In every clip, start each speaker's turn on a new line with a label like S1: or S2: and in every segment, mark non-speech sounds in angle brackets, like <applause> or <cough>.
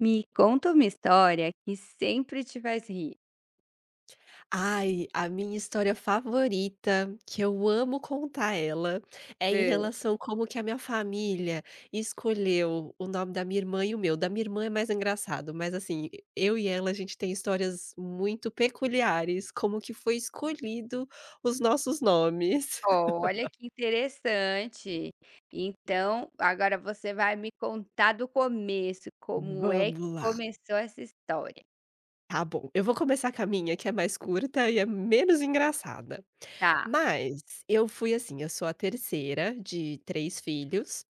S1: Me conta uma história que sempre te faz rir.
S2: Ai, a minha história favorita, que eu amo contar ela, é em
S1: Hã.
S2: relação como que a minha família escolheu o nome da minha irmã e o meu. Da minha irmã é mais engraçado, mas assim, eu e ela, a gente tem histórias muito peculiares, como que foi escolhido os nossos nomes. <laughs>
S1: Olha que interessante. Então, agora você vai me contar do começo, como é
S2: Vamos
S1: que
S2: lá.
S1: começou essa história.
S2: Tá bom, eu vou começar com a minha, que é mais curta e é menos engraçada.
S1: Tá,
S2: Mas eu fui assim, eu sou a terceira de três filhos.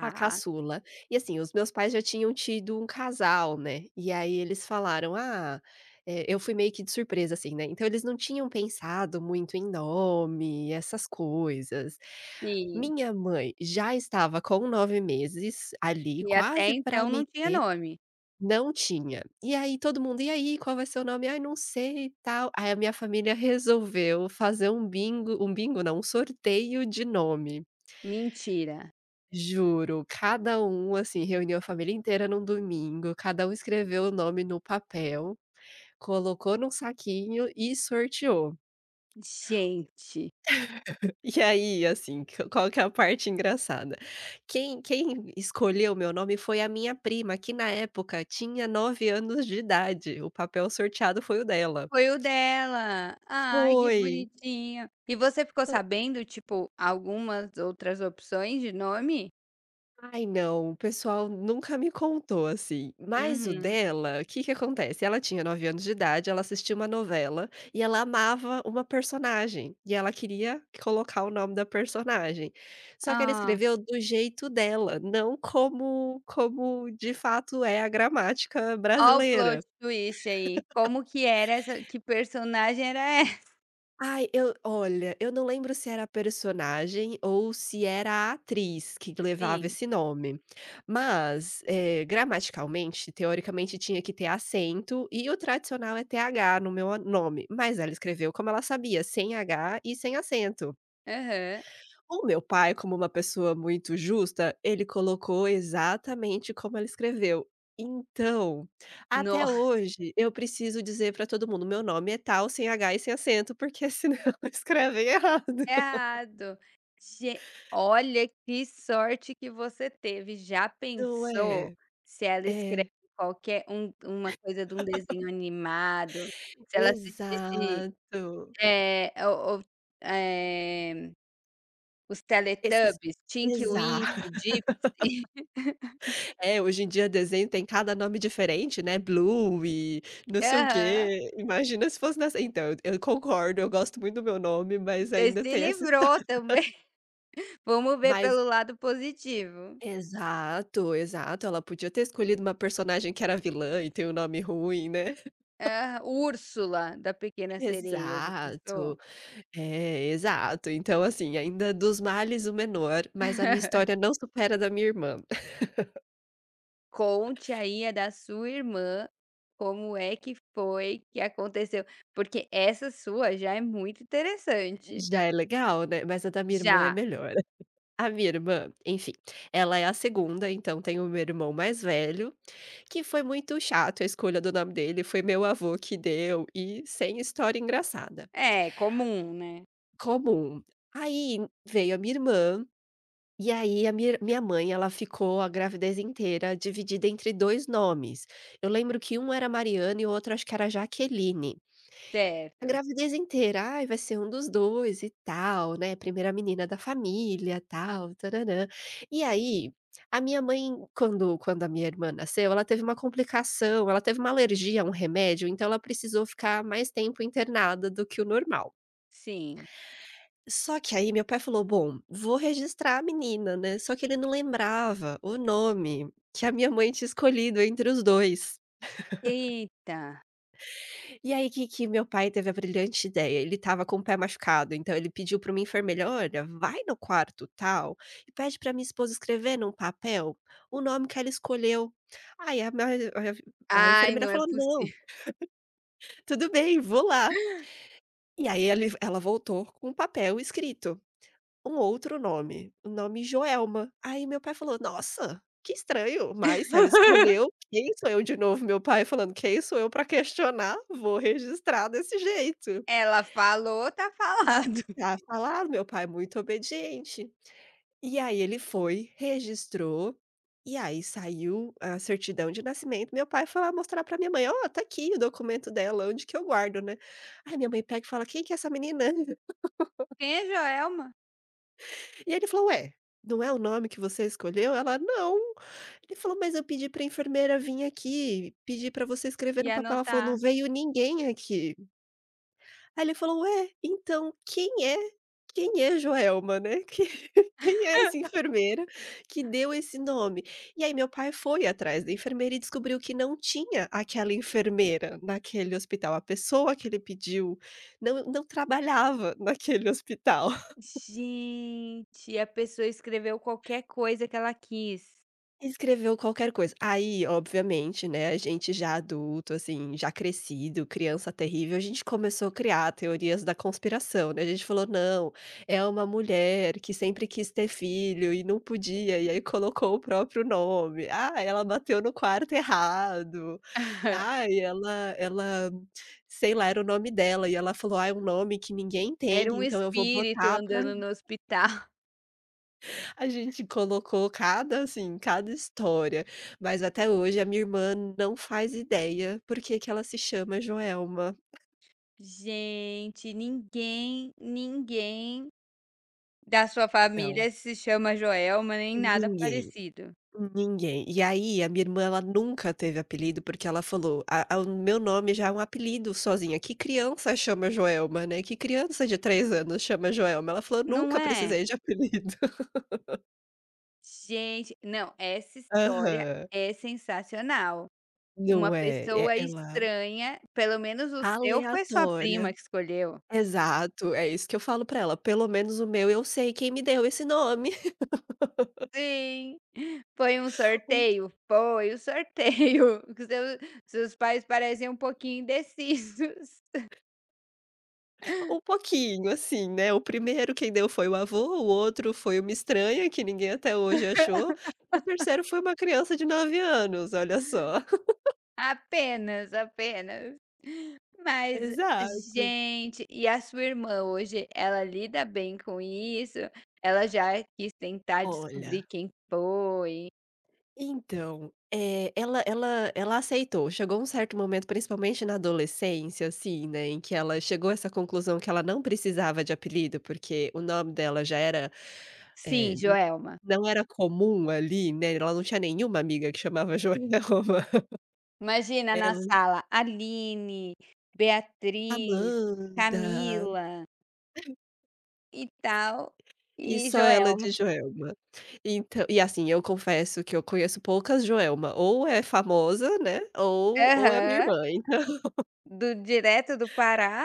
S2: A caçula. E assim, os meus pais já tinham tido um casal, né, e aí eles falaram: "Ah" eu fui meio que de surpresa, assim, né, então eles não tinham pensado muito em nome, essas coisas.
S1: sim.
S2: Minha mãe já estava com 9 meses ali,
S1: E até
S2: quase para
S1: então não
S2: me
S1: tinha nome.
S2: não tinha. E aí todo mundo: "E aí, qual vai ser o nome?" "Ai, não sei e tal". Aí a minha família resolveu fazer um bingo não, um sorteio de nome.
S1: Mentira.
S2: Juro, cada um, assim, reuniu a família inteira num domingo, cada um escreveu o nome no papel, colocou num saquinho e sorteou.
S1: Gente,
S2: <laughs> E aí, assim, q qual que é a parte engraçada, quem escolheu o meu nome foi a minha prima, que na época tinha 9 anos de idade, o papel sorteado foi o dela.
S1: foi o dela. Ai, que
S2: Foi.
S1: bonitinho. E você ficou sabendo, tipo, algumas outras opções de nome?
S2: Ai não, o pessoal nunca me contou, assim, mas o
S1: Uhum.
S2: dela, o que que acontece, ela tinha 9 anos de idade, ela assistia uma novela e ela amava uma personagem, e ela queria colocar o nome da personagem. Só que ela
S1: Ah.
S2: escreveu do jeito dela, não como de fato é a gramática
S1: Ó o plot
S2: brasileira.
S1: twist aí, como que era essa que personagem era <laughs> essa?
S2: Ai, eu olha, eu não lembro se era a personagem ou se era a atriz que levava
S1: Sim.
S2: esse nome, mas, gramaticalmente, teoricamente, tinha que ter acento e o tradicional é TH no meu nome, mas ela escreveu como ela sabia, sem H e sem acento.
S1: Aham.
S2: O meu pai, como uma pessoa muito justa, ele colocou exatamente como ela escreveu. Então,
S1: No
S2: até
S1: <laughs>
S2: hoje eu preciso dizer para todo mundo: "Meu nome é tal, sem h e sem acento", porque senão <laughs> escrevem errado.
S1: errado. Ge olha que sorte que você teve, já
S2: Não
S1: pensou
S2: é?
S1: se ela escreve
S2: É,
S1: qualquer um uma coisa de um desenho animado, se ela assistisse,
S2: exato.
S1: o eh, os
S2: Esses
S1: Teletubbies, Tinky
S2: exato.
S1: Winky,
S2: <laughs>
S1: Gypsy.
S2: É, hoje em dia desenho tem cada nome diferente, né, Blue e não
S1: <laughs>
S2: sei o
S1: Aham.
S2: quê. Imagina se fosse nessa então, eu concordo, eu gosto muito do meu nome, mas
S1: Você
S2: ainda
S1: se
S2: tem essa
S1: livrou
S2: história.
S1: também, <laughs> vamos
S2: <laughs>
S1: ver
S2: Mas
S1: pelo lado positivo.
S2: exato, exato. Ela podia ter escolhido uma personagem que era vilã e tem um nome ruim, né. <laughs>
S1: Aham. Úrsula, da Pequena Sereia, já pensou?
S2: Exato. É, exato. Então, assim, ainda dos males o menor, mas a minha história não supera a da minha irmã. <laughs>
S1: Conte aí a da sua irmã, como é que foi que aconteceu, porque essa sua já é muito interessante.
S2: Já é legal, né, mas a da minha irmã é
S1: Já.
S2: melhor. <laughs> A minha irmã, enfim, ela é a segunda, então tem o meu irmão mais velho, que foi muito chato a escolha do nome dele, foi meu avô que deu e sem história engraçada.
S1: É, comum, né.
S2: Comum. Aí veio a minha irmã. E aí a minha mãe, ela ficou a gravidez inteira dividida entre 2 nomes. Eu lembro que um era Mariana e o outro acho que era Jaqueline. A
S1: Certo.
S2: gravidez inteira: "Ai, vai ser um dos 2 e tal, né, primeira menina da família, tal, tararã". E aí, a minha mãe, quando a minha irmã nasceu, ela teve uma complicação, ela teve uma alergia a um remédio, então ela precisou ficar mais tempo internada do que o normal.
S1: Sim.
S2: Só que aí meu pai falou: "Bom, vou registrar a menina, né". Só que ele não lembrava o nome que a minha mãe tinha escolhido entre os 2.
S1: Eita.
S2: E aí que meu pai teve a brilhante ideia, ele estava com o pé machucado, então ele pediu para uma enfermeira: "Olha, vai no quarto tal e pede para minha esposa escrever num papel o nome que ela escolheu". Aí a
S1: Ai,
S2: enfermeira
S1: não é
S2: falou: "Não,
S1: possível. <laughs>
S2: tudo bem, vou lá". E aí ele ela voltou com o papel escrito. Um outro nome, o nome Joelma. Aí meu pai falou: "Nossa, que estranho, mas ela escolheu, quem sou eu?" De novo meu pai falando: "Quem sou eu para questionar? Vou registrar desse jeito."
S1: Ela falou, tá falado. <laughs>
S2: Tá falado, meu pai muito obediente. E aí ele foi, registrou, e aí saiu a certidão de nascimento, meu pai foi lá mostrar pra minha mãe: "Ó, tá aqui o documento dela, onde que eu guardo, né?" Aí minha mãe pega e fala: "Quem que é essa menina?"
S1: Quem é Joelma?
S2: E ele falou: "Ué, não é o nome que você escolheu?" Ela: "Não". Ele falou: "Mas eu pedi para enfermeira vir aqui, pedi para você escrever
S1: E
S2: no papel", ela falou:
S1: anotar.
S2: "Não veio ninguém aqui". Aí ele falou: "Ué, então quem é Joelma, né? <laughs> Que quem é essa enfermeira que deu esse nome?". E aí meu pai foi atrás da enfermeira e descobriu que não tinha aquela enfermeira naquele hospital, a pessoa que ele pediu não trabalhava naquele hospital.
S1: Gente, a pessoa escreveu qualquer coisa que ela quis.
S2: Escreveu qualquer coisa. Aí, obviamente, né, a gente já adulto, assim, já crescido, criança terrível, a gente começou a criar teorias da conspiração, né? A gente falou: "Não, é uma mulher que sempre quis ter filho e não podia, e aí colocou o próprio nome. Ah, ela bateu no quarto errado.
S1: <laughs>
S2: Ah, e ela sei lá, era o nome dela e ela falou: "Ah, é um nome que ninguém tem,
S1: Era um
S2: então eu vou
S1: espírito
S2: botar pra".
S1: andando no hospital. <laughs>
S2: A gente colocou cada, assim, cada história, mas até hoje a minha irmã não faz ideia por que que ela se chama Joelma.
S1: Gente, ninguém, ninguém da sua
S2: Não.
S1: família se chama Joelma, nem nada
S2: Ninguém,
S1: parecido.
S2: ninguém. E aí a minha irmã ela nunca teve apelido, porque ela falou: "A a o meu nome já é um apelido sozinha, que criança chama Joelma, né, que criança de 3 anos chama Joelma?". Ela falou:
S1: Não
S2: "Nunca
S1: é?
S2: precisei de apelido". <laughs>
S1: Gente, não, essa história
S2: Aham.
S1: é sensacional. Uma
S2: Não é, é
S1: pessoa
S2: ela
S1: estranha, pelo menos o seu foi sua
S2: aleatória.
S1: prima que escolheu.
S2: Exato, é isso que eu falo pra ela, pelo menos o meu eu sei quem me deu esse nome,
S1: Sim, foi um
S2: <laughs> um
S1: sorteio? Foi o sorteio. <laughs> Seu seus pais parecem um pouquinho indecisos.
S2: pouquinho assim, né, o primeiro quem deu foi o avô, o outro foi uma estranha que ninguém até hoje achou, o terceiro foi uma criança de nove anos, olha só. <laughs>
S1: Apenas, apenas. Mas,
S2: Exato.
S1: gente, e a sua irmã hoje, ela lida bem com isso? Ela já quis tentar descobrir
S2: Olha,
S1: quem foi?
S2: então, ela aceitou. Chegou um certo momento, principalmente na adolescência, assim, né, em que ela chegou a essa conclusão que ela não precisava de apelido, porque o nome dela já era, eh,
S1: Sim,
S2: n
S1: Joelma.
S2: não era comum ali, né, ela não tinha nenhuma amiga que chamava Joelma. <laughs>
S1: Imagina na
S2: Ela
S1: sala, Aline, Beatriz,
S2: Amanda,
S1: Camila e tal,
S2: e
S1: e
S2: só ela
S1: Joelma.
S2: de Joelma. Então e assim, eu confesso que eu conheço poucas Joelma, ou é famosa, né, ou é a minha
S1: Aham.
S2: irmã.
S1: Do direto do Pará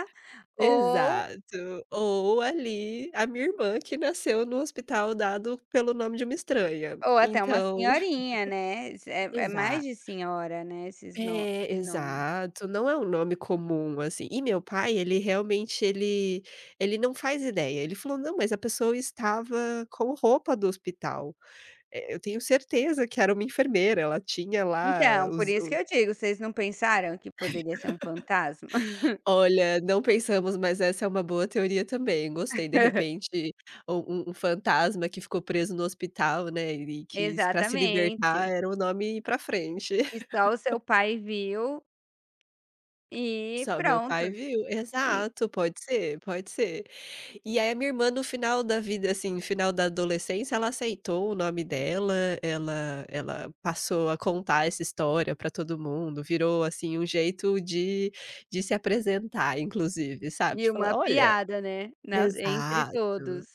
S1: ou
S2: Exato. Ou ali, a minha irmã que nasceu no hospital dado pelo nome de uma estranha.
S1: ou até uma
S2: Então
S1: senhorinha, né, isso é mais
S2: exato
S1: de senhora, né, esses no
S2: é,
S1: esse nome.
S2: exato, não é um nome comum, assim. E meu pai, ele realmente ele não faz ideia. Ele falou: "Não, mas a pessoa estava com roupa do hospital. Eu tenho certeza que era uma enfermeira, ela tinha lá
S1: Então, por
S2: os
S1: isso que eu digo, vocês não pensaram que poderia ser um fantasma?
S2: Olha, não pensamos, mas essa é uma boa teoria também, gostei. De
S1: <laughs>
S2: repente, um fantasma que ficou preso no hospital, né, e que para se libertar
S1: Exatamente,
S2: era o nome ir pra frente.
S1: que
S2: <laughs>
S1: só o seu pai viu e
S2: Só meu
S1: pronto,
S2: pai viu.
S1: e
S2: Exato, pode ser, pode ser. E aí a minha irmã no final da vida, assim, no final da adolescência, ela aceitou o nome dela, ela passou a contar essa história para todo mundo, virou, assim, um jeito de se apresentar inclusive, sabe,
S1: e
S2: de
S1: uma
S2: falar: "Olha"
S1: piada, né, na entre
S2: exato.
S1: todos.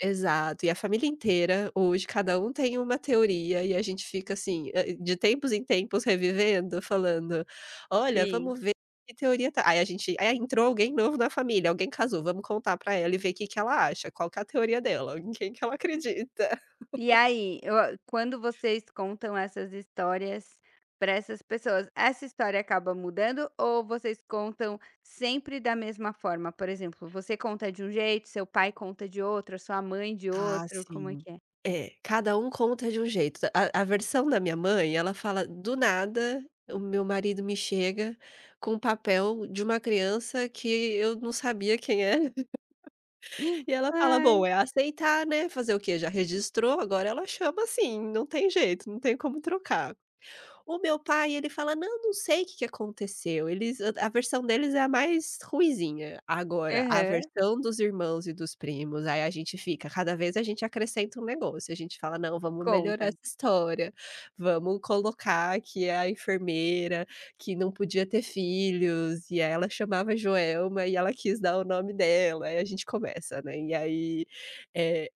S2: Exato, e a família inteira hoje cada um tem uma teoria e a gente fica assim, hã, de tempos em tempos revivendo, falando: "Olha,
S1: Sim.
S2: vamos ver que teoria tá" aí a gente aí entrou alguém novo na família, alguém casou, vamos contar pra ela e ver que ela acha, qual que é a teoria dela, em quem que ela acredita.
S1: E aí, quando vocês contam essas histórias para essas pessoas, essa história acaba mudando ou vocês contam sempre da mesma forma? Por exemplo, você conta de um jeito, seu pai conta de outro, sua mãe de
S2: Ah,
S1: outro, como é
S2: sim.
S1: que é?
S2: É, cada um conta de um jeito. A versão da minha mãe, ela fala: "Do nada, o meu marido me chega com o papel de uma criança que eu não sabia quem era". E
S1: <gasps>
S2: ela fala:
S1: Ai.
S2: "Bom, é aceitar, né, fazer o quê? Já registrou, agora ela chama assim, não tem jeito, não tem como trocar". O meu pai, ele fala: "Não, não sei o que que aconteceu". Eles a versão deles é a mais ruinzinha. Agora, a
S1: Aham.
S2: versão dos irmãos e dos primos, aí a gente fica cada vez a gente acrescenta um negócio, a gente fala: "Não, vamos melhorar
S1: Conta.
S2: essa história, vamos colocar que a enfermeira que não podia ter filhos, e aí ela chamava Joelma e ela quis dar o nome dela", aí a gente começa, né. E aí, eh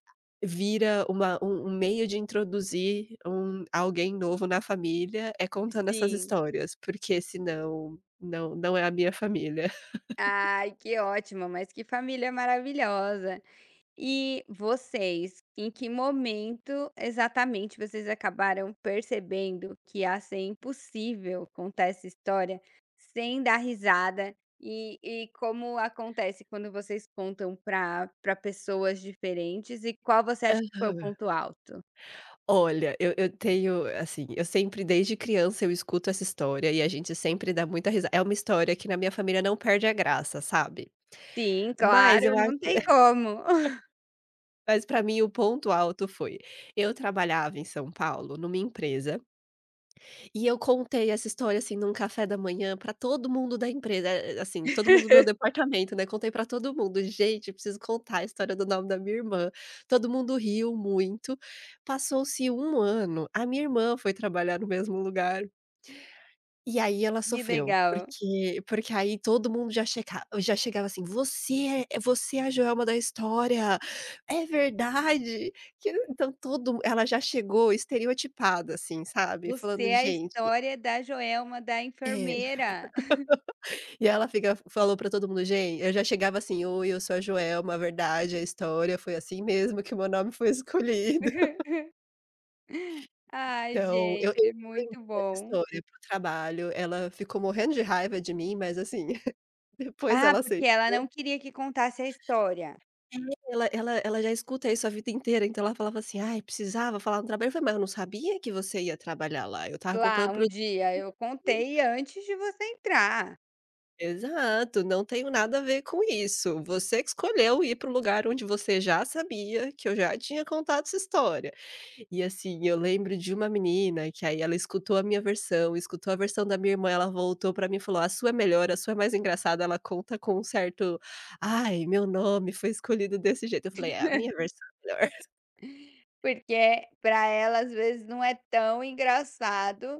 S2: vira uma um meio de introduzir alguém novo na família, é contando essas
S1: Sim.
S2: histórias, porque senão não é a minha família.
S1: Ai, que ótimo, mas que família maravilhosa. E vocês, em que momento exatamente vocês acabaram percebendo que ia ser impossível contar essa história sem dar risada? E como acontece quando vocês contam para pessoas diferentes? E qual você acha que foi o
S2: Aham.
S1: ponto alto?
S2: Olha, eu tenho, assim, eu sempre desde criança eu escuto essa história e a gente sempre dá muita risa é uma história que na minha família não perde a graça, sabe.
S1: Sim,
S2: Mas
S1: claro,
S2: eu acho
S1: não tem
S2: <laughs>
S1: como. <laughs>
S2: mas para mim o ponto alto foi, eu trabalhava em São Paulo numa empresa. E eu contei essa história, assim, num café da manhã pra todo mundo da empresa, assim, todo mundo do meu departamento, né, contei pra todo mundo: "Gente, preciso contar a história do nome da minha irmã". Todo mundo riu muito. Passou-se um ano, a minha irmã foi trabalhar no mesmo lugar, e aí ela
S1: Que
S2: sofreu,
S1: legal.
S2: porque aí todo mundo já checa já chegava assim: "Você é, você é a Joelma da história, é verdade!" Que então todo ela já chegou estereotipada, assim, sabe,
S1: Você
S2: falando:
S1: é a
S2: "Gente"
S1: história da Joelma, da
S2: é.
S1: enfermeira.
S2: E ela fica falou pra todo mundo: gente eu já chegava assim: "Oi, eu sou a Joelma, a verdade, a história foi assim mesmo que o meu nome foi <laughs> escolhido".
S1: <laughs> Ai,
S2: Então, eu
S1: gente,
S2: expandi
S1: muito
S2: essa
S1: bom.
S2: história para o trabalho, ela ficou morrendo de raiva de mim, mas assim, <laughs> depois
S1: Ah,
S2: ela acei
S1: porque ela não queria que contasse a história.
S2: É, ela já escuta isso a vida inteira, então ela falava assim: "Ai, precisava falar no trabalho", eu falei: "Mas eu não sabia que você ia trabalhar lá, eu tava
S1: Lá
S2: contando para
S1: um dia eu contei antes de você entrar,
S2: Exato, não tenho nada a ver com isso. Você que escolheu ir para o lugar onde você já sabia que eu já tinha contado essa história. E assim, eu lembro de uma menina que aí ela escutou a minha versão, escutou a versão da minha irmã, ela voltou para mim e falou: "A sua é melhor, a sua é mais engraçada". Ela conta com um certo: "Ai, meu nome foi escolhido desse jeito". Eu falei: "É, a minha versão é melhor". <laughs>
S1: porque para ela às vezes não é tão engraçado,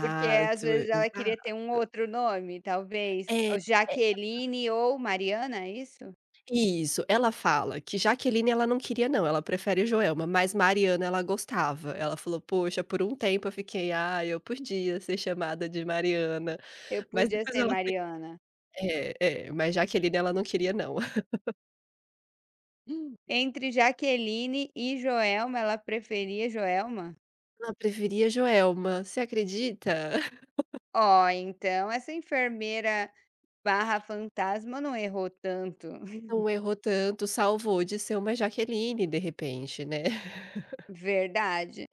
S1: porque às vezes ela queria ter
S2: exato.
S1: um outro nome talvez,
S2: É.
S1: Jaqueline ou Mariana, é isso?
S2: Isso, ela fala que Jaqueline ela não queria não, ela prefere Joelma, mas Mariana ela gostava. Ela falou: "Poxa, por um tempo eu fiquei: ah, eu podia ser chamada de Mariana'",
S1: Eu
S2: mas
S1: podia
S2: depois
S1: ser
S2: ela se
S1: Mariana.
S2: é, é, mas Jaqueline ela não queria não. <laughs>
S1: Hum. Entre Jaqueline e Joelma, ela preferia Joelma?
S2: Ela preferia Joelma, você acredita? <laughs>
S1: Ó, então essa enfermeira/fantasma barra fantasma não errou tanto.
S2: Não errou tanto, salvou de ser uma Jaqueline de repente, né. <laughs>
S1: Verdade.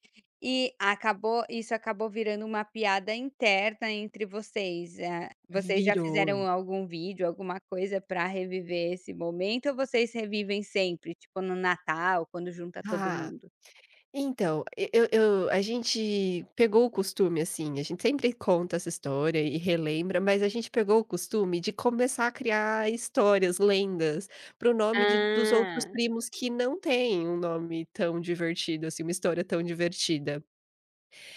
S1: E acabou acabou virando uma piada interna entre vocês, vocês já
S2: Virou.
S1: fizeram algum vídeo, alguma coisa para reviver esse momento ou vocês revivem sempre, tipo no Natal, quando junta todo
S2: Ah.
S1: mundo?
S2: Então, e eu a gente pegou o costume, assim, a gente sempre conta essa história e relembra, mas a gente pegou o costume de começar a criar histórias, lendas, para o nome de dos outros
S1: Ah.
S2: primos que não têm um nome tão divertido, assim, uma história tão divertida.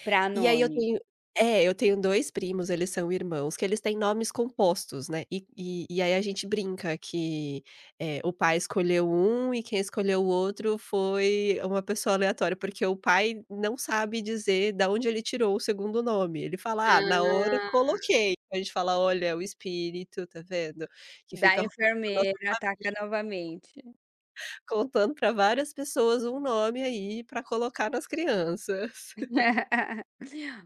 S1: Pra
S2: E aí eu
S1: Noni.
S2: tenho é, eu tenho 2 primos, eles são irmãos, que eles têm nomes compostos, né, e aí a gente brinca que, o pai escolheu um e quem escolheu o outro foi uma pessoa aleatória, porque o pai não sabe dizer da onde ele tirou o segundo nome, ele fala: "Ah, na hora
S1: Ah.
S2: coloquei". A gente fala: "Olha, é o espírito, tá vendo, que
S1: Da
S2: fica
S1: enfermeira,
S2: <laughs>
S1: ataca novamente.
S2: contando para várias pessoas um nome aí para colocar nas crianças.
S1: <laughs>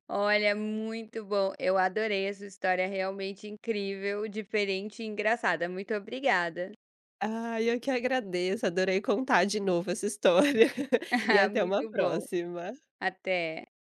S1: Olha, muito bom, eu adorei essa sua história, realmente incrível, diferente e engraçada. Muito obrigada.
S2: Ah, eu que agradeço, adorei contar de novo essa história <laughs> e
S1: <laughs>
S2: até uma
S1: Muito bom.
S2: próxima.
S1: Até.